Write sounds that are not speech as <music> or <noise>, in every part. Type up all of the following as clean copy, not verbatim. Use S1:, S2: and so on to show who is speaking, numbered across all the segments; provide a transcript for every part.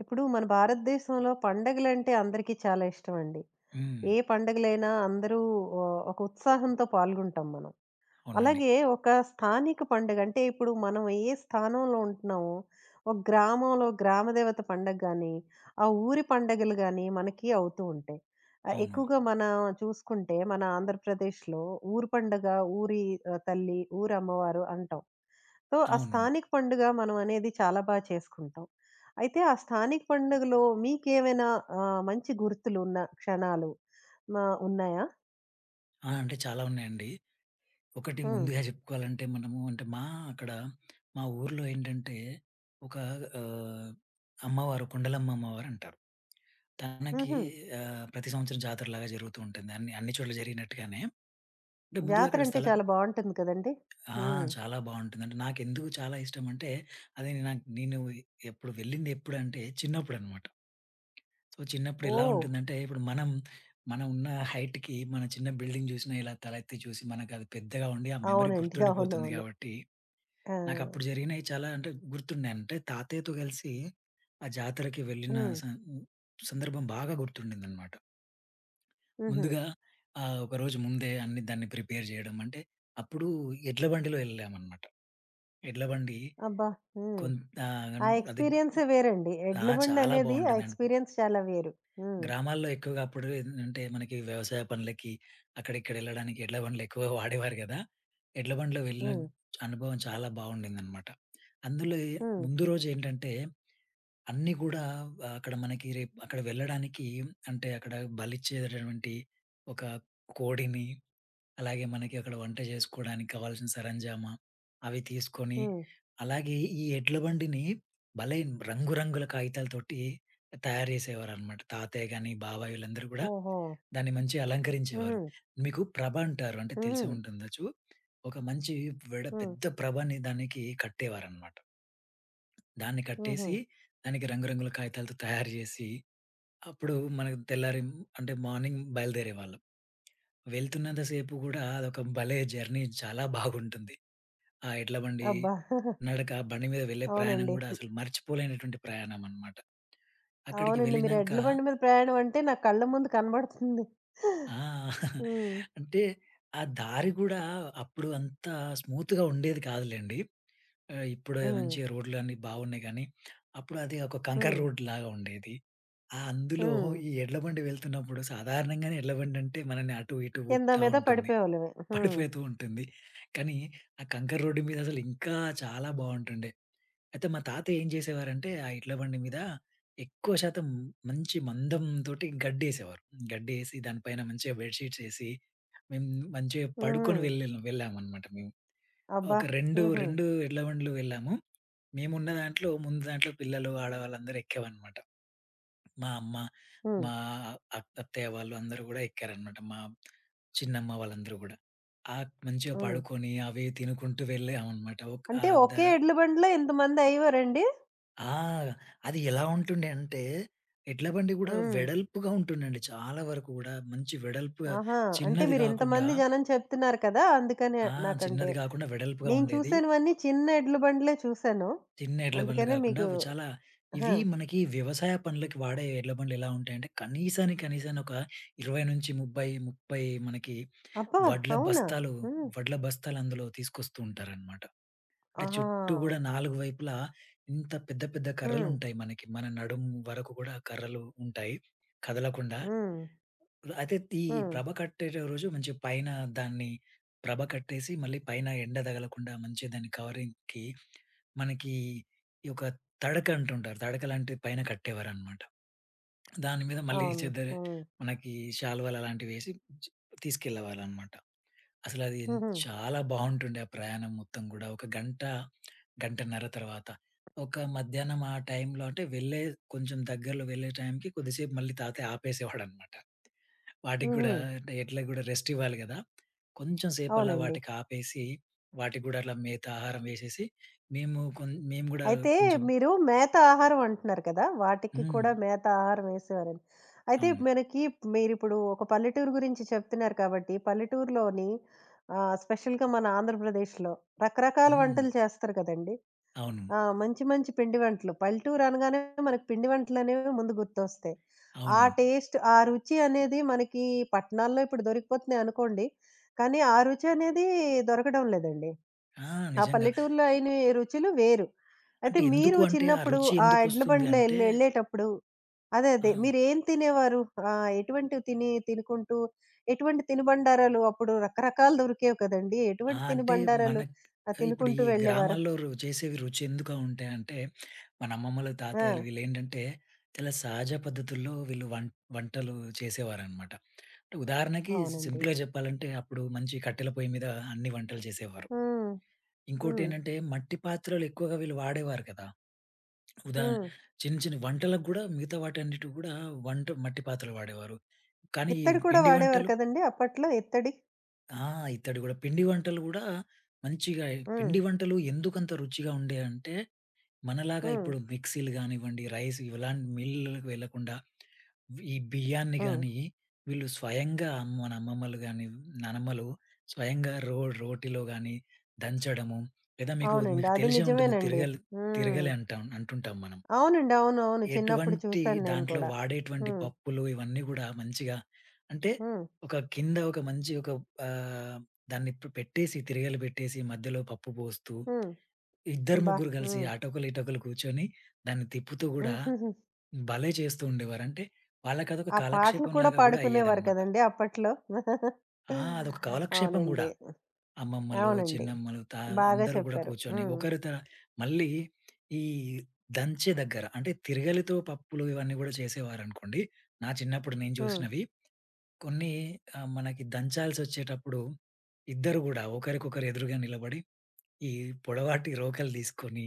S1: ఇప్పుడు మన భారతదేశంలో పండగలంటే అందరికీ చాలా ఇష్టమండి.
S2: హ్మ్.
S1: ఏ పండగలైనా అందరూ ఒక ఉత్సాహంతో పాల్గొంటాం మనం.
S2: అవునండి.
S1: అలాగే ఒక స్థానిక పండుగ అంటే ఇప్పుడు మనం ఏ స్థానంలో ఉంటున్నామో, ఒక గ్రామంలో గ్రామ దేవత పండగ గాని, ఆ ఊరి పండగలు గాని మనకి అవుతూ ఉంటాయి.
S2: అవును.
S1: ఎక్కువగా మనం చూసుకుంటే మన ఆంధ్రప్రదేశ్‌లో ఊరు పండగ, ఊరి తల్లి, ఊరు అమ్మవారు అంటాం. సో, ఆ
S2: అవును.
S1: స్థానిక పండుగ మనం అనేది చాలా చేసుకుంటాం. అయితే ఆ స్థానిక పండుగలో మీకేమైనా మంచి గుర్తులున్న క్షణాలు మా ఉన్నాయా?
S2: ఆ! అంటే చాలా ఉన్నాయండి. ఒకటి
S1: హ్మ్.
S2: ముందుగా చెప్పుకోవాలంటే మనము అంటే అక్కడ మా ఊర్లో ఏంటంటే ఒక ఆహ్, అమ్మవారు కొండలమ్మ అమ్మవారు అంటారు. తనకి
S1: హుహు.
S2: ప్రతి సంవత్సరం జాతరలాగా జరుగుతూ ఉంటుంది. అన్ని అన్ని చోట్ల జరిగినట్టుగానే. అంటే ముందుగా అక్కడ
S1: జాతరంటే
S2: స్థలం
S1: చాలా బావుంటుంది కదండీ!
S2: ఆ!
S1: హ్మ్.
S2: చాలా బావుంటుంది. అంటే నాకెందుకు చాలా ఇష్టం అంటే అది నాకు నేను ఎప్పుడు వెళ్ళింది ఎప్పుడంటే చిన్నప్పుడనమాట. సో, చిన్నప్పుడు ఎలా
S1: ఓహ్!
S2: ఉంటుందంటే, మనం ఉన్న హైట్‌కి మన చిన్న బిల్డింగ్ చూసినా ఇలా తలెత్తి చూసి మనకది పెద్దగా ఉండి, ఆ మెమరీ
S1: అవునండి.
S2: గుర్తుండిపోతుంది
S1: అవునవును.
S2: కాబట్టి,
S1: ఆ!
S2: నాకప్పుడు జరిగినయి చాలా అంటే గుర్తున్నాయి. అంటే తాతయ్యతో కలిసి ఆ జాతరకి వెళ్ళిన
S1: హ్మ్.
S2: స సందర్భం బాగా గుర్తుండిందనమాట.
S1: హుహు.
S2: ముందుగా ఒకరోజు ముందే అన్ని దాన్ని ప్రిపేర్ చేయడం. అంటే అప్పుడు ఎడ్ల బండిలో వెళ్ళామనమాట. ఎడ్ల బండి
S1: అబ్బా! హ్మ్.
S2: కొంత ఆహ్,
S1: ఆ
S2: అది
S1: ఎక్స్‌పీరియన్సే వేరండి.
S2: ఆ!
S1: ఎడ్ల
S2: చాలా
S1: బండనేది ఆ
S2: బావుంటుందండి.
S1: ఎక్స్‌పీరియన్స్ చాలా వేరు. హ్మ్.
S2: గ్రామాల్లో ఎక్కువగా అప్పుడు ఏంటంటే మనకి వ్యవసాయ పనులకి, అక్కడిక్కడ వెళ్ళడానికి ఎడ్ల బండ్లు ఎక్కువగా వాడేవారు గదా! ఎడ్ల బండ్లో వెళ్ళిన
S1: హ్మ్.
S2: అనుభవం చాలా బావుండిందనమాట. అందులో ఏ
S1: హ్మ్.
S2: ముందు రోజేంటంటే అన్నీ గూడా అక్కడ మనకి రేపు అక్కడ వెళ్ళడానికి అంటే అక్కడ బలిచ్చేటటువంటి ఒక కోడిని, అలాగే మనకి అక్కడ వంట చేసుకోవడానికి కావాల్సిన సరంజామా అవి తీసుకొని,
S1: హ్మ్.
S2: అలాగే ఈ ఎడ్ల బండిని భలే రంగురంగుల కాగితాలతోటి తయారు చేసేవారనమాట. తాతయ్య గాని, బాబాయి వీళ్ళందరూ గూడా
S1: ఓహో!
S2: దాన్ని మంచిగా అలంకరించేవారు.
S1: హుహు.
S2: మీకు ప్రభ అంటారు. అంటే
S1: హుహు.
S2: తెలిసే ఉంటుండొచ్చు. ఒక మంచి వెడ
S1: హ్మ్.
S2: పెద్ద ప్రభని దానికి కట్టేవారనమాట. దాన్ని
S1: హుహు.
S2: కట్టేసి దానికి రంగురంగుల కాగితాలతో తయారు జేసి అప్పుడు మనకు తెల్లారి అంటే మార్నింగ్ బయలుదేరేవాళ్ళం. వెళ్తున్నంత సేపు గూడా అదొక భలే జర్నీ చాలా బాగుంటుంది. ఆ ఎడ్ల బండి
S1: అబ్బా! <laughs>
S2: నడక, ఆ బండి మీద వెళ్ళే ప్రయాణం
S1: అవునండి.
S2: గూడా అసలు మర్చిపోలేనటువంటి ప్రయాణం అన్నమాట. అక్కడికి
S1: అవునండి. మీరు
S2: వెళ్ళినంక
S1: ఎడ్ల బండి మీద ప్రయాణం అంటే నా కళ్ళ ముందు కనబడుతుంది.
S2: ఆ! <laughs>
S1: హ్మ్.
S2: అంటే ఆ దారి గూడా అప్పుడు అంత స్మూత్‌గా ఉండేది కాదులెండి. ఇప్పుడు
S1: హ్మ్.
S2: మంచిగా రోడ్లన్నీ బాగున్నాయి గానీ, అప్పుడు అది ఒక కంకర్
S1: హ్మ్.
S2: రోడ్‌లాగా ఉండేది. ఆ అందులో
S1: హ్మ్.
S2: ఈ ఎడ్ల బండి వెళ్తున్నప్పుడు సాధారణంగానే ఎడ్ల బండంటే మనల్ని అటు ఇటు
S1: కింద
S2: ఊపుతా
S1: మీద
S2: ఉంటుంది.
S1: పడిపోయేవాళ్ళమే. హ్మ్.
S2: పడిపోతూ ఉంటుంది. కానీ, ఆ కంకర రోడ్డు మీద అసలు ఇంకా చాలా బావుంటుండే. అయితే మా తాత ఏం జేసేవారంటే, ఆ ఇడ్ల బండి మీద ఎక్కువ శాతం మంచి మందం తోటి గడ్డేసేవారు. గడ్డేసి దానిపైన మంచిగా బెడ్ షీట్స్ ఏసి, మేము మంచిగా పడుకొని
S1: హుహు.
S2: వెళ్ళామనమాట మేము.
S1: అబ్బా!
S2: ఒక 2,
S1: హుహు.
S2: 2 ఇడ్ల బండ్లు వెళ్ళాము. మేమున్న దాంట్లో ముందు దాంట్లో పిల్లలు, ఆడవాళ్ళందరూ ఎక్కామనమాట. మా అమ్మ,
S1: హ్మ్.
S2: మా అత్ అత్తయ్య వాళ్ళు అందరూ గూడా ఎక్కారనమాట. మా చిన్నమ్మ వాళ్ళందరూ గూడా. మంచిగా
S1: హ్మ్.
S2: పడుకొని అవి తినుకుంటూ వెళ్ళామనమాట. ఒక
S1: అంటే
S2: ఆహ్, ద
S1: ఒకే ఎడ్ల బండిలో ఇంతమంది అయ్యేవారండి?
S2: ఆ! అది ఎలా ఉంటుండే అంటే, ఎడ్ల బండి గూడా
S1: హ్మ్.
S2: వెడల్పుగా ఉంటుండండి. చాలా వరకు గూడా మంచి వెడల్పుగా,
S1: ఆహా! అంటే
S2: చిన్నది
S1: మీరు
S2: గాకుండా
S1: ఇంతమంది జనం చెప్తున్నారు కదా! అందుకనే
S2: ఆ!
S1: నాకంటే.
S2: చిన్నది గాకుండా వెడల్పుగా
S1: నేను
S2: ఉండేది.
S1: చూసినవన్నీ చిన్న ఎడ్ల బండిలే చూసాను.
S2: చిన్న ఎడ్ల బండ్లు
S1: అందుకనే
S2: గాకుండా
S1: మీకు
S2: అవి చాలా, ఇవి
S1: ఆ!
S2: మనకి వ్యవసాయ పనులకి వాడే ఎడ్ల బండ్లు ఎలా ఉంటాయంటే కనీసానికి కనీసాన్ని ఒక 20-30, 30 మనకి
S1: అబ్బా!
S2: వడ్ల
S1: అవునా?
S2: బస్తాలు,
S1: హ్మ్.
S2: వడ్ల బస్తాలు అందులో తీసుకొస్తూ ఉంటారనమాట. అంటే
S1: ఆహా!
S2: చుట్టూ గూడా నాలుగు వైపులా ఇంత పెద్ద పెద్ద
S1: హ్మ్.
S2: కర్రలుంటాయి మనకి. మన నడుము వరకు గూడా కర్రలు ఉంటాయి కదలకుండా.
S1: హ్మ్.
S2: అయితే ఈ
S1: హ్మ్.
S2: ప్రభ కట్టే రోజు మంచి పైన దాన్ని ప్రభ కట్టేసి, మళ్ళీ పైన ఎండ తగలకుండా మంచిగా దాన్ని కవరింగ్‌కి మనకి ఈ ఒక తడక అంటుంటారు. తడక లాంటిది పైన కట్టేవారనమాట. దాని మీద మళ్ళీ
S1: అవును. హ్మ్.
S2: మనకి శాలువాలు అలాంటివేసి చ్ తీసుకెళ్ళేవాళ్ళనమాట. అసలది ఎన్
S1: హుహు.
S2: చాలా బావుంటుండే ఆ ప్రయాణం మొత్తం గూడా. ఒక గంట, గంటన్నర తర్వాత. ఒక మధ్యాహ్నం ఆ టైంలో అంటే వెళ్ళే కొంచెం దగ్గరలో వెళ్ళే టైంకి కొద్దిసేపు మళ్ళీ తాతయ్య ఆపేసేవాడనమాట. వాటికి గూడా
S1: హుహు.
S2: అంటే ఎడ్లకు గూడా రెస్ట్ ఇవ్వాలి గదా! కొంచెం సేపలా
S1: అవునండి.
S2: వాటికి ఆపేసి, వాటికి గూడా అట్లా మేత ఆహారం వేసేసి, మేము గూడా
S1: అయితే
S2: కొంచెం
S1: మీరు మేత ఆహారం అంటున్నారు కదా! వాటికి
S2: హ్మ్.
S1: కూడా మేత ఆహారం వేసేవారని. అయితే
S2: అవును.
S1: మనకి మీరిప్పుడు ఒక పల్లెటూరు గురించి చెప్తున్నారు కాబట్టి, పల్లెటూరులోని స్పెషల్‌గా మన ఆంధ్రప్రదేశ్‌లో రకరకాల
S2: హ్మ్.
S1: వంటలు చేస్తారు కదండీ!
S2: అవును.
S1: ఆ! మంచి మంచి పిండి వంటలు. పల్లెటూరు అనగానే మనకు పిండి వంటలనేవి ముందు గుర్తొస్తాయి. ఆ
S2: అవును.
S1: టేస్ట్, ఆ రుచి అనేది మనకి పట్టణాల్లో ఇప్పుడు దొరికిపోతున్నాయి అనుకోండి. కానీ ఆ రుచి అనేది దొరకడం లేదండి.
S2: ఆ!
S1: ఆ
S2: నిజంగా.
S1: పల్లెటూరులో అయిన రుచులు వేరు. అయితే
S2: అంటే
S1: మీరు
S2: ఎందుకు అంటే ఆ
S1: చిన్నప్పుడు
S2: రుచి
S1: ఆ ఎడ్ల
S2: ఎందుకొస్తుంది
S1: బండిలో
S2: అంటే
S1: ఎళ్ళేటప్పుడు అదే.
S2: ఆ!
S1: అదే. మీరేం తినేవారు? ఎటువంటివి తినుకుంటూ ఎటువంటి తినుబండారాలు అప్పుడు రకరకాలు దొరికేవి కదండీ!
S2: ఆ!
S1: ఎటువంటి
S2: అంటే
S1: తినుబండారాలు
S2: మనక్ ఇప్పుడు
S1: తినుకుంటూ
S2: ఈ
S1: వెళ్ళేవారు?
S2: గ్రామాల్లో రు చేసేవి రుచి ఎందుకు ఉంటాయంటే, మన అమ్మమ్మలు,
S1: ఆ!
S2: తాతయ్యలు వీళ్ళేంటంటే చాలా సహజ పద్ధతుల్లో వీళ్ళు వం వంటలు చేసేవారనమాట. ఉదాహరణకి
S1: అవునండి.
S2: సింపుల్‌గా చెప్పాలంటే అప్పుడు మంచి కట్టెల పొయ్యి మీద అన్ని వంటలు చేసేవారు.
S1: హ్మ్. హ్మ్.
S2: ఇంకోటేంటంటే మట్టి పాత్రలు ఎక్కువగా వీళ్ళు వాడేవారు కదా! ఉదా
S1: హ్మ్.
S2: చిన్న చిన్న వంటలకు గూడా మిగతా వాటన్నిటికి గూడా వంట మట్టి పాత్రలు వాడేవారు. కానీ ఈ
S1: ఇత్తడి కూడా
S2: పిండి
S1: వాడేవారు
S2: వంటలు
S1: కదండీ అప్పట్లో ఇత్తడి?
S2: ఆ! ఇత్తడి గూడా. మంచిగా
S1: హ్మ్.
S2: పిండి వంటలు ఎందుకంత రుచిగా ఉండేయంటే మనలాగా
S1: హ్మ్.
S2: ఇప్పుడు మిక్సీలు గానివ్వండి, రైస్ ఇలాంటి మిల్లులకు వెళ్ళకుండా ఈ బియ్యాన్ని
S1: హ్మ్.
S2: గాని వీళ్ళు స్వయంగా, మన అమ్మమ్మలు గాని, నానమ్మలు స్వయంగా రోటిలో గాని దంచడము, లేదా మీకు
S1: అవునండి.
S2: మీకు
S1: అది
S2: తెలిసే ఉంటుంది
S1: నిజమేనండి.
S2: తిరగలి,
S1: హ్మ్.
S2: తిరగలి అంటుంటాం మనం.
S1: అవునండి. అవునవును. చిన్నప్పుడు
S2: ఎటువంటి
S1: చూసాను నేను
S2: దాంట్లో
S1: కూడా.
S2: వాడేటువంటి
S1: హ్మ్.
S2: పప్పులు ఇవన్నీ గూడా మంచిగా అంటే
S1: హ్మ్.
S2: ఒక కింద ఒక మంచి ఆహ్, దాన్ని పె పెట్టేసి, తిరగలి పెట్టేసి, మధ్యలో పప్పు పోస్తూ
S1: హ్మ్.
S2: ఇద్దరు,
S1: అబ్బా!
S2: ముగ్గురు కలిసి
S1: హ్మ్.
S2: అటొకలు, ఇటొకలు కూర్చొని దాన్ని తిప్పుతూ గూడా భలే చేస్తూ ఉండేవారు. అంటే వాళ్ళకదొక
S1: ఆ పాటలు కూడా
S2: కాలక్షేపంలాగా గూడా
S1: పాడుకునేవారు
S2: అయ్యేదనమాట.
S1: కదండీ అప్పట్లో.
S2: ఆ! అదొక కాలక్షేపం గూడా.
S1: అవునండి.
S2: అమ్మమ్మలు,
S1: అవునండి.
S2: చిన్నమ్మలు తా
S1: బాగా
S2: అందరూ గూడా
S1: చెప్పారు.
S2: కూర్చొని
S1: హ్మ్.
S2: ఒకరి త మళ్ళీ ఈ దంచె దగ్గర అంటే తిరగలితో పప్పులు ఇవన్నీ గూడా చేసేవారనుకోండి. నా చిన్నప్పుడు నేను
S1: హ్మ్.
S2: చూసినవి కొన్ని, మనకి దంచాల్సొచ్చేటప్పుడు ఇద్దరు గూడా ఒకరికొకరు ఎదురుగా నిలబడి ఈ పొడవాటి రోకలు తీసుకొని,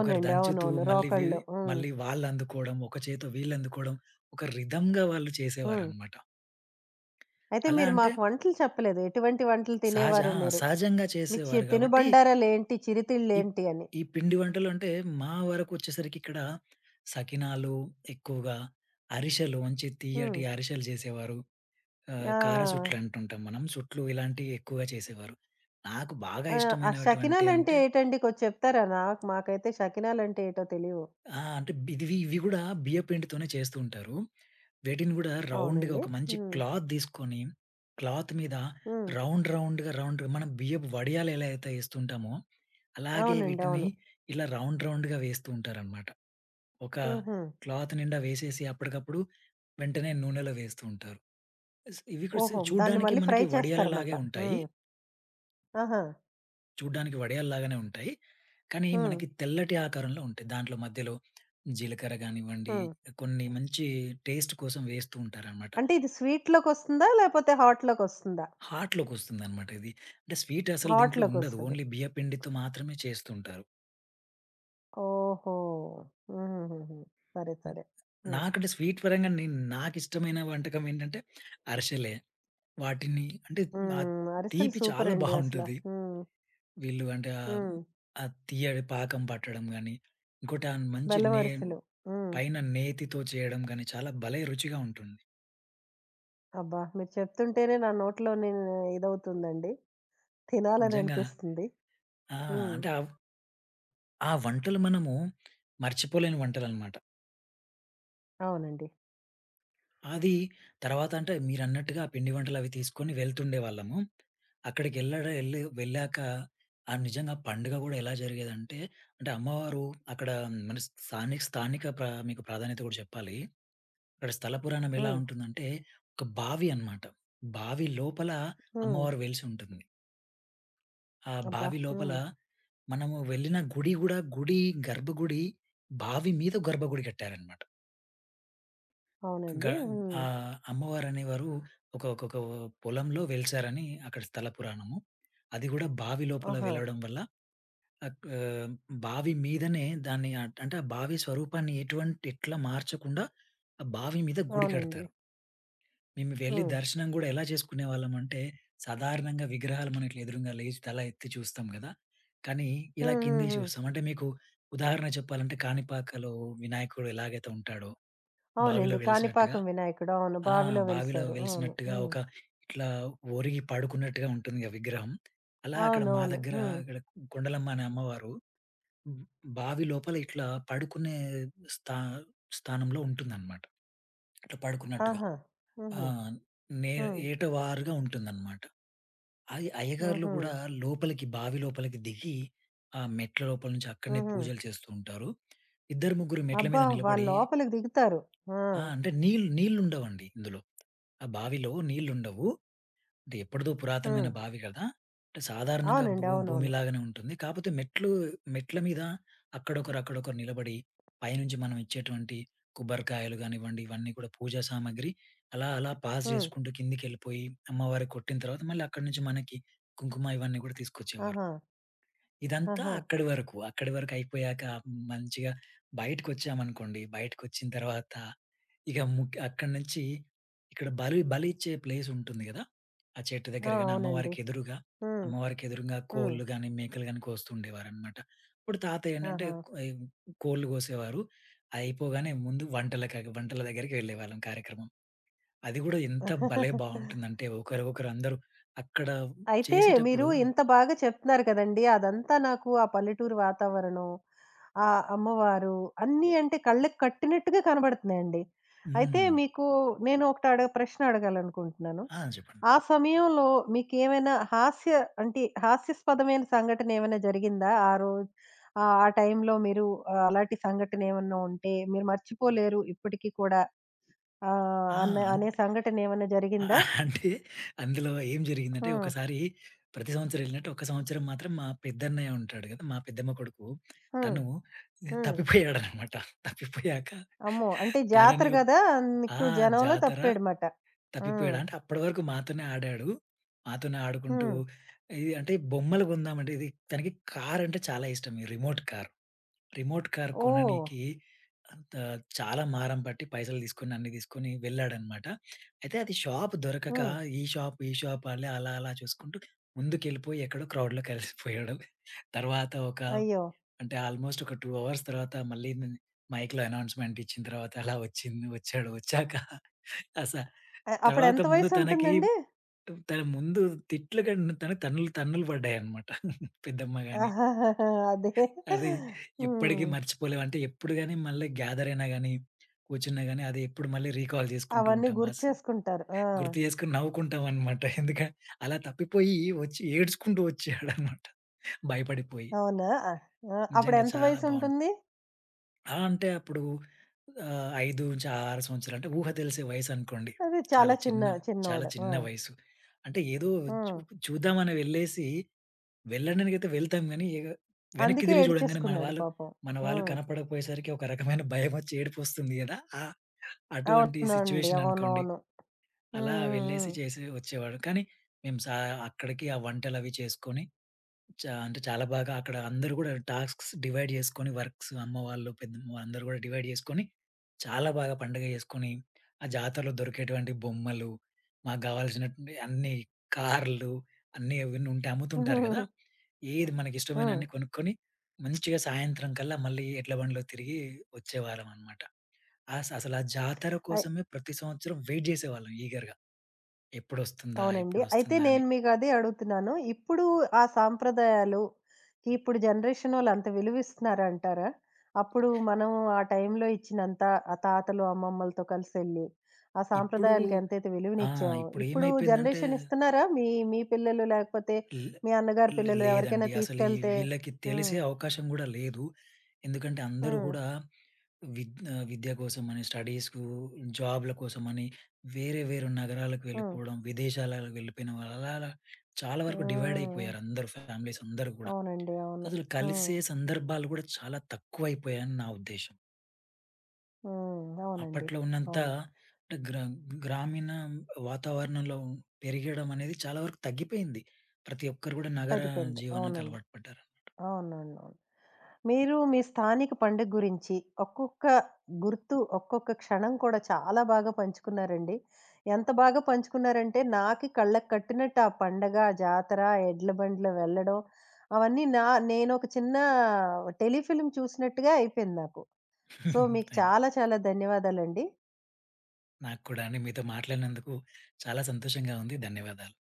S2: ఒకరు దంచుతూ
S1: అవునవును.
S2: మళ్ళీ ఇవి
S1: రోకళ్ళు. హ్మ్.
S2: మళ్ళీ వాళ్ళందుకోవడం, ఒక చేత్తో వీళ్ళందుకోవడం, ఒక రిథమ్‌గా వాళ్ళు
S1: హ్మ్.
S2: చేసేవారనమాట.
S1: అయితే
S2: అలా
S1: మీరు
S2: అంటే
S1: మాకు వంటలు చెప్పలేదు. ఎటువంటి వంటలు
S2: సహజ
S1: తినేవారు
S2: ఆ!
S1: మీరు?
S2: సహజంగా
S1: మీ
S2: చేసేవారు కాబట్టి,
S1: తినుబండారాలేంటి?
S2: ఈ
S1: చిరుతిళ్ళేంటి అని?
S2: ఈ పిండి వంటలు అంటే మా వరకొచ్చేసరికి ఇక్కడ సకినాలు ఎక్కువగా, అరిసెలు మంచి తియ్యటి
S1: హ్మ్.
S2: అరిసెలు చేసేవారు. కార
S1: ఆ!
S2: సుట్లు అంటుంటాం మనం. సుట్లు ఇలాంటివి ఎక్కువగా చేసేవారు. నాకు బాగా
S1: ఆ! ఆ
S2: ఇష్టమైనటువంటి
S1: షకినాలంటే
S2: అంటే
S1: ఏటండి? కొంచెం చెప్తారా? మాకైతే షకినాలంటే ఏటో తెలీవు.
S2: ఆ! అంటే ఇవి గూడా బియ్య పిండితోనే చేస్తూ ఉంటారు. వీటిని గూడా రౌండ్‌గా
S1: అవునండి.
S2: ఒక మంచి
S1: హ్మ్.
S2: క్లాత్ తీసుకొని, క్లాత్ మీద
S1: హ్మ్.
S2: రౌండ్‌గా మనం బియ్యపు వడియాలు ఎలా అయితే ఏస్తుంటామో, అలాగే
S1: అవునండి.
S2: వీటిని
S1: అవును.
S2: ఇలా రౌండ్ రౌండ్‌గా వేస్తూ ఉంటారనమాట. ఒక
S1: హుహు.
S2: క్లాత్ నిండా వేసేసి అప్పటికప్పుడు వెంటనే నూనెలో వేస్తూ ఉంటారు. ఇవి కూడా
S1: ఓహో! దాన్ని
S2: చూడ్డానికి
S1: మళ్ళీ ఫ్రై
S2: మనకి
S1: చేస్తారమాట.
S2: వడియాలలాగే ఉంటాయి.
S1: హ్మ్. ఆహా!
S2: చూడ్డానికి వడియాల్లాగానే ఉంటాయి. కానీ
S1: హ్మ్.
S2: మనకి తెల్లటి ఆకారంలో ఉంటాయి. దాంట్లో మధ్యలో జీలకర్ర గానివ్వండి,
S1: హ్మ్.
S2: కొన్ని మంచి టేస్ట్ కోసం వేస్తూ ఉంటారనమాట.
S1: అంటే ఇది స్వీట్‌లోకొస్తుందా? లేపోతే హాట్‌లోకొస్తుందా?
S2: హాట్‌లోకొస్తుందనమాట ఇది. అంటే స్వీట్ అసలు దీంట్లో ఉండదు.
S1: హాట్‌లోకొస్తది.
S2: ఓన్లీ బియ్య పిండితో మాత్రమే చేస్తుంటారు.
S1: ఓహో! హుహుహుహు. సరే.
S2: హ్మ్.
S1: సరే. హ్మ్.
S2: నాకంటే స్వీట్ పరంగా నాకిష్టమైన వంటకం ఏంటంటే అరిసెలే. వాటిని అంటే ఆ
S1: హ్మ్. అరిసెలు
S2: తీపి చాలా
S1: సూపరండి అసల.
S2: బావుంటది.
S1: హ్మ్.
S2: వీళ్ళు అంటే
S1: హ్మ్.
S2: ఆ తీయటి పాకం పట్టడం గాని, ఇంకోటి ఆ మంచి
S1: బెల్లం
S2: నే
S1: అరిసెలు. హ్మ్.
S2: పైన నేతితో చేయడం గాని, చాలా భలే రుచిగా ఉంటుంది.
S1: అబ్బా! మీరు చెప్తుంటేనే నా నోట్లో నేను ఇదవుతుందండి.
S2: నిజంగా
S1: తినాలననిపిస్తుంది.
S2: ఆ!
S1: హ్మ్.
S2: అంటే ఆవ్ ఆ వంటలు మనము మర్చిపోలేని వంటలనమాట.
S1: అవునండి.
S2: అది తర్వాత అంటే మీరన్నట్టుగా పిండి వంటలవి తీసుకొని వెళ్తుండేవాళ్ళము. అక్కడికెళ్ళడ ఎళ్ళి వెళ్ళాక, నిజంగా పండుగ గూడా ఎలా జరిగేదంటే, అంటే అమ్మవారు అక్కడ మన స్థానిక స్థానిక ప్రా మీకు ప్రాధాన్యత గూడా చెప్పాలి. అక్కడ స్థల పురాణం ఎలా
S1: హ్మ్.
S2: ఉంటుందంటే, ఒక బావి అనమాట. బావి లోపల
S1: హ్మ్.
S2: అమ్మవారు వెలిసి ఉంటుంది. ఆ
S1: అబ్బా!
S2: బావి లోపల
S1: హ్మ్.
S2: మనము వెళ్ళిన గుడి గూడా, గుడి గర్భగుడి బావి మీద గర్భగుడి కట్టారనమాట. గ
S1: అవునండి. హ్మ్.
S2: అమ్మవారనేవారు ఒక ఒకొక పొలంలో వెలిసారని అక్కడ స్థల పురాణము. అది గూడా బావి లోపల
S1: ఆహా!
S2: వెలవడం వల్ల అక్ ఆహ్, బావి మీదనే దాన్ని అంటే ఆ బావి స్వరూపాన్ని ఎట్లా మార్చకుండా ఆ బావి మీద గుడి
S1: అవునండి.
S2: కడతారు. మేము వెళ్లి
S1: హ్మ్.
S2: దర్శనం గూడా ఎలా చేసుకునేవాళ్ళమంటే, సాధారణంగా విగ్రహాలు మనం ఇట్లా ఎదురుంగా లేచి తల ఎత్తి చూస్తాం గదా! కానీ ఇలా
S1: హ్మ్. హ్మ్.
S2: కిందికి
S1: హ్మ్.
S2: చూస్తాం. అంటే మీకు ఉదాహరణ చెప్పాలంటే కాణిపాకలో వినాయకుడు ఎలాగైతే ఉంటాడో, బావిలో
S1: అవునండి.
S2: వెలిసినట్టుగా,
S1: కాణిపాకం వినాయకుడు. అవును.
S2: ఆ!
S1: బావిలో
S2: బావిలో
S1: వెలిసారు. అవును.
S2: వెలిసినట్టుగా
S1: హ్మ్.
S2: ఒక ఇట్లా ఒరిగి పడుకున్నట్టుగా ఉంటుందిగా విగ్రహం. అలా అక్కడ మా
S1: అవునవును.
S2: దగ్గర
S1: హ్మ్.
S2: ఇక్కడ కొండలమ్మ అనే అమ్మవారు హ్మ్, బావి లోపల ఇట్లా పడుకునే స్థా స్థానంలో ఉంటుందన్నమాట. ఇట్లా పడుకున్నట్టుగా.
S1: ఆహా!
S2: ఆ!
S1: హుహు.
S2: నే
S1: హ్మ్.
S2: ఏటవారుగా ఉంటుందన్నమాట. అయ్యగార్లు
S1: హుహు.
S2: గూడా బావి లోపలికి దిగి, ఆ మెట్ల లోపల నుంచి అక్కడనే
S1: హుహు.
S2: పూజలు చేస్తూ ఉంటారు. ఇద్దరు, ముగ్గురు మెట్ల మీద
S1: అబ్బా! వాళ్ళు
S2: నిలబడి,
S1: లోపలికి దిగుతారు. ఆ!
S2: ఆ! అంటే నీళ్ళుండవండి ఇందులో. ఆ బావిలో నీళ్ళుండవు. అంటే ఎప్పటిదో పురాతనమైన
S1: హ్మ్.
S2: బావి కదా! అంటే సాధారణంగా
S1: అవునండి. అవునవును.
S2: భూమిలాగానే ఉంటుంది. కాపోతే మెట్ల మీద అక్కడొకరు, అక్కడొకరు నిలబడి పైనుంచి మనం ఇచ్చేటువంటి కొబ్బరికాయలు గానివ్వండి, ఇవన్నీ కూడా పూజా సామాగ్రి, అలా పాస్
S1: హ్మ్.
S2: చేసుకుంటూ కిందికెళ్ళిపోయి అమ్మవారికి కొట్టిన తర్వాత మళ్ళీ అక్కడి నుంచి మనకి కుంకుమ ఇవన్నీ కూడా తీసుకొచ్చేవారు.
S1: ఆహా!
S2: ఇదంతా
S1: ఆహా!
S2: అక్కడి వరకు. అక్కడి వరకు అయిపోయాక మంచిగా బయటకొచ్చామనుకోండి, బయటకొచ్చిన తర్వాత ఇక ముక్ అక్కడి నుంచి ఇక్కడ బలి బలి ఇచ్చే ప్లేస్ ఉంటుంది కదా! ఆ చెట్టు
S1: ఆ!
S2: దగ్గర గాని,
S1: అవునండి.
S2: అమ్మవారికి ఎదురుగా,
S1: హ్మ్.
S2: అమ్మవారికి ఎదురుగా
S1: హ్మ్.
S2: కోళ్ళు గాని, మేకలు గాని కోస్తుండేవారనమాట. ఇప్పుడు తాతయ్య ఏంటంటే
S1: ఆహా!
S2: కొ ఈ కోళ్ళు కోసేవారు. అయిపోగానే ముందు వంటల దగ్గరికి వెళ్ళేవాళ్ళం కార్యక్రమం. అది కూడా ఎంత భలే
S1: <laughs>
S2: బావుంటుందంటే ఒకరికొకరు అందరూ అక్కడ
S1: అయితే మీరు
S2: చేసేటప్పుడు
S1: ఇంత బాగా చెప్తున్నారు కదండీ! అదంతా నాకు ఆ పల్లెటూరు వాతావరణం, ఆ అమ్మవారు అన్నీ అంటే కళ్ళకి కట్టినట్టుగా కనబడుతున్నాయండి. అయితే
S2: హ్మ్.
S1: మీకు నేను ఒకటి ప్రశ్న అడగాలనుకుంటున్నాను.
S2: ఆ! చెప్పండి.
S1: ఆ సమయంలో మీకేమైనా అంటే హాస్యాస్పదమైన సంఘటన ఏమైనా జరిగిందా? ఆ రోజు ఆ టైంలో మీరు అలాంటి సంఘటన ఏమన్నా ఉంటే మీరు మర్చిపోలేరు ఇప్పటికి కూడా
S2: ఆ! అన్
S1: అనే సంఘటన ఏమన్నా
S2: ఆ!
S1: జరిగిందా?
S2: అంటే అందులో ఏం జరిగిందంటే
S1: హ్మ్.
S2: ఒకసారి, ప్రతి సంవత్సరం ఎళ్ళినట్టు ఒక సంవత్సరం మాత్రం మా పెద్దన్నయ్య ఉంటాడు గదా! మా పెద్దమ్మ కొడుకు.
S1: హ్మ్.
S2: తను
S1: హ్మ్.
S2: తప్పిపోయాడనమాట. తప్పిపోయాక
S1: అమ్మో! అంటే
S2: తనని
S1: జాతర
S2: ఒక్
S1: గదా!
S2: ఆ!
S1: ఎక్కువ జనంలో
S2: జాతర
S1: తప్పాడమాట. హ్మ్.
S2: తప్పిపోయాడు. అంటే అప్పటి వరకు మాతోనే ఆడాడు. మాతోనే ఆడుకుంటూ
S1: హ్మ్.
S2: ఇది అంటే బొమ్మలు కొందామంటే ఇది, తనకి కారంటే చాలా ఇష్టం. ఈ remote car. Remote car
S1: oh!
S2: కొననీకి అంత చాలా మారం పట్టి పైసలు తీసుకొని, అన్నీ తీసుకొని వెళ్ళాడనమాట. అయితే అది షాప్ దొరకక
S1: హ్మ్.
S2: ఈ షాప్ అలా చూసుకుంటూ ముందుకెళ్ళిపోయి ఎక్కడో క్రౌడ్‌లో కలిసిపోయాడు. తర్వాత ఒక
S1: అయ్యో!
S2: అంటే ఆల్‌మోస్ట్ ఒక 2 అవర్స్ తర్వాత మళ్ళీ మైక్‌లో అనౌన్స్‌మెంట్ ఇచ్చిన తర్వాత అలా వచ్చాడు. వచ్చాక అస
S1: అప్పుడు
S2: తర్వాత
S1: ఎంత
S2: ముందు తనకి
S1: వయసుంటుందండి?
S2: తన ముందు తిట్లు కంటే తనకి తన్నులు పడ్డాయన్నమాట. పెద్దమ్మ గాని,
S1: ఆహాహాహా! <laughs> అదే.
S2: అది ఎప్పటికి
S1: హ్మ్.
S2: మర్చిపోలేమంటే ఎప్పుడు గాని మళ్ళీ గ్యాదర్ అయినా గాని, కూర్చున్నా గాని అది ఎప్పుడు మళ్ళీ రీకాల్ చేసుకుంటూ
S1: అవన్నీ
S2: ఉంటాం. ఆ
S1: గుర్తు
S2: స్
S1: చేసుకుంటారు. ఆ!
S2: గుర్తు చేసుకొని నవ్వుకుంటామనమాట. అలా తప్పిపోయి వచ్చి ఏడ్చుకుంటూ వచ్చాడనమాట. భయపడిపోయి.
S1: అవునా? ఆ! ఆ! అప్పుడు
S2: నిజంగా
S1: ఎంత
S2: చాలా బావుంది.
S1: వయసుంటుంది?
S2: అలా అంటే అప్పుడు 5-6 సంవత్సరాలు అంటే ఊహ తెలిసే వయసనుకోండి.
S1: అది చాలా
S2: చాలా చిన్న,
S1: చిన్న
S2: చాలా
S1: చిన్నోడు. ఆ!
S2: చిన్న వయసు. అంటే ఏదో చూ
S1: హ్మ్.
S2: చూద్దామని వెళ్ళడానికైతే వెళ్తాం గానీ, వెనక్కి
S1: అందుకే
S2: తిరిగి చూడంగానే
S1: ఏడ్చేసుకున్నాడు పాపం.
S2: మన వాళ్ళు
S1: హ్మ్.
S2: కనపడకపోయేసరికి ఒక రకమైన <laughs> భయమొచ్చి ఏడుపొస్తుంది గదా! అటువంటి
S1: అవునండి.
S2: సిట్యుయేషన్ అనుకోండి.
S1: అవునవును.
S2: అలా వెళ్ళేసి
S1: హ్మ్.
S2: చేసి వచ్చేవాడు. కానీ మేము సా అక్కడికి ఆ వంటలవి చేసుకొని చా అంటే చాలా బాగా అక్కడ అందరూ గూడా టాస్క్స్ డివైడ్ జేసుకొని వర్క్స్ అమ్మ వాళ్ళు, పెద్దమ్మ వాళ్ళు అందరూ గూడా డివైడ్ జేసుకొని చాలా బాగా పండగ చేసుకొని, ఆ జాతరలో దొరికేటువంటి బొమ్మలు, మాకు గావాల్సినటువంటి అన్ని కార్లు అన్నీ అవన్నీ ఉంటే
S1: హ్మ్.
S2: అమ్ముతుంటారు కదా!
S1: హ్మ్. <laughs>
S2: ఏది
S1: హ్మ్.
S2: మనకిష్టమైన
S1: హ్మ్.
S2: అన్ని కొనుక్కొని, మంచిగా సాయంత్రం కల్లా మళ్ళీ ఎడ్ల బండిలో తిరిగి వచ్చేవాళ్ళమనమాట. అసలా జాతర
S1: అయ్
S2: కోసమే ప్రతి సంవత్సరం వెయిట్ జేసేవాళ్ళం ఈగర్‌గా. ఎప్పుడొస్తుందా?
S1: అవునండి. అయితే
S2: ఎప్పుడొస్తుందా? అని.
S1: నేను మీకదే అడుగుతున్నాను. ఇప్పుడు ఆ సాంప్రదాయాలు, ఇప్పుడు జనరేషనోళ్ళంత విలువిస్తున్నారా అంటారా? అప్పుడు మనం ఆ టైంలో ఇచ్చినంత ఆ తాతలు, అమ్మమ్మలతో కలిసెళ్లి, ఆ
S2: ఇప్పుడు
S1: సాంప్రదాయాలకి ఎంతైతే
S2: ఆ!
S1: విలువనిచ్చామో, ఇప్పుడు
S2: ఇప్పుడేమైపోయిందంటే
S1: జనరేషన్ ఇస్తున్నారా? మీ మీ పిల్లలు లేకపోతే
S2: లే
S1: మీ అన్నగారి
S2: లే
S1: పిల్లలు
S2: లేదండి.
S1: ఎవరికైనా
S2: అసలు ఈ
S1: తీసుకెళ్తే?
S2: వీళ్ళకి
S1: హ్మ్.
S2: తెలిసే అవకాశం గూడా లేదు. ఎందుకంటే అందరూ
S1: హ్మ్.
S2: గూడా విద్య కోసమని, స్టడీస్‌కు, జాబ్‌ల కోసమని వేరే వేరే నగరాలకు
S1: హ్మ్.
S2: వెళ్ళిపోవడం, విదేశాలకు వెళ్ళిపోయిన వాళ్ళు అలా అలా చాలా వరకు డివైడ్
S1: హ్మ్.
S2: అయిపోయారు అందరూ ఫ్యామిలీస్ అందరూ గూడా.
S1: అవునండి. అవును.
S2: అసలు
S1: హ్మ్.
S2: కలిసే సందర్భాలు గూడా చాలా తక్కువైపోయాయని నా ఉద్దేశ్యం.
S1: హ్మ్. అవునండి.
S2: అప్పట్లో ఉన్నంత
S1: అవును.
S2: అంటే గ్ర గ్రామీణ వాతావరణంలో పెరిగడం అనేది చాలా వరకు తగ్గిపోయింది. ప్రతి ఒక్కరు గూడా నగర
S1: తగ్గిపోయింది.
S2: జీవనానికి
S1: అవునండి.
S2: అలవాటు పడ్డారు.
S1: అవునవునవును. మీరు మీ స్థానిక పండుగ గురించి ఒక్కొక్క గుర్తు, ఒక్కొక్క క్షణం కూడా చాలా బాగా పంచుకున్నారండి. ఎంత బాగా పంచుకున్నారంటే నాకి కళ్ళకి కట్టినట్టు ఆ పండగ, ఆ జాతర, ఆ ఎడ్ల బండిలో వెళ్ళడం అవన్నీ నేనొక చిన్న టెలిఫిల్మ్ చూసినట్టుగా అయిపోయింది నాకు. సో,
S2: <laughs>
S1: మీకు
S2: థాంక్ యూ.
S1: చాలా చాలా ధన్యవాదాలండి.
S2: నాకు కూడా అండి మీతో మాట్లాడినందుకు చాలా సంతోషంగా ఉంది. ధన్యవాదాలు.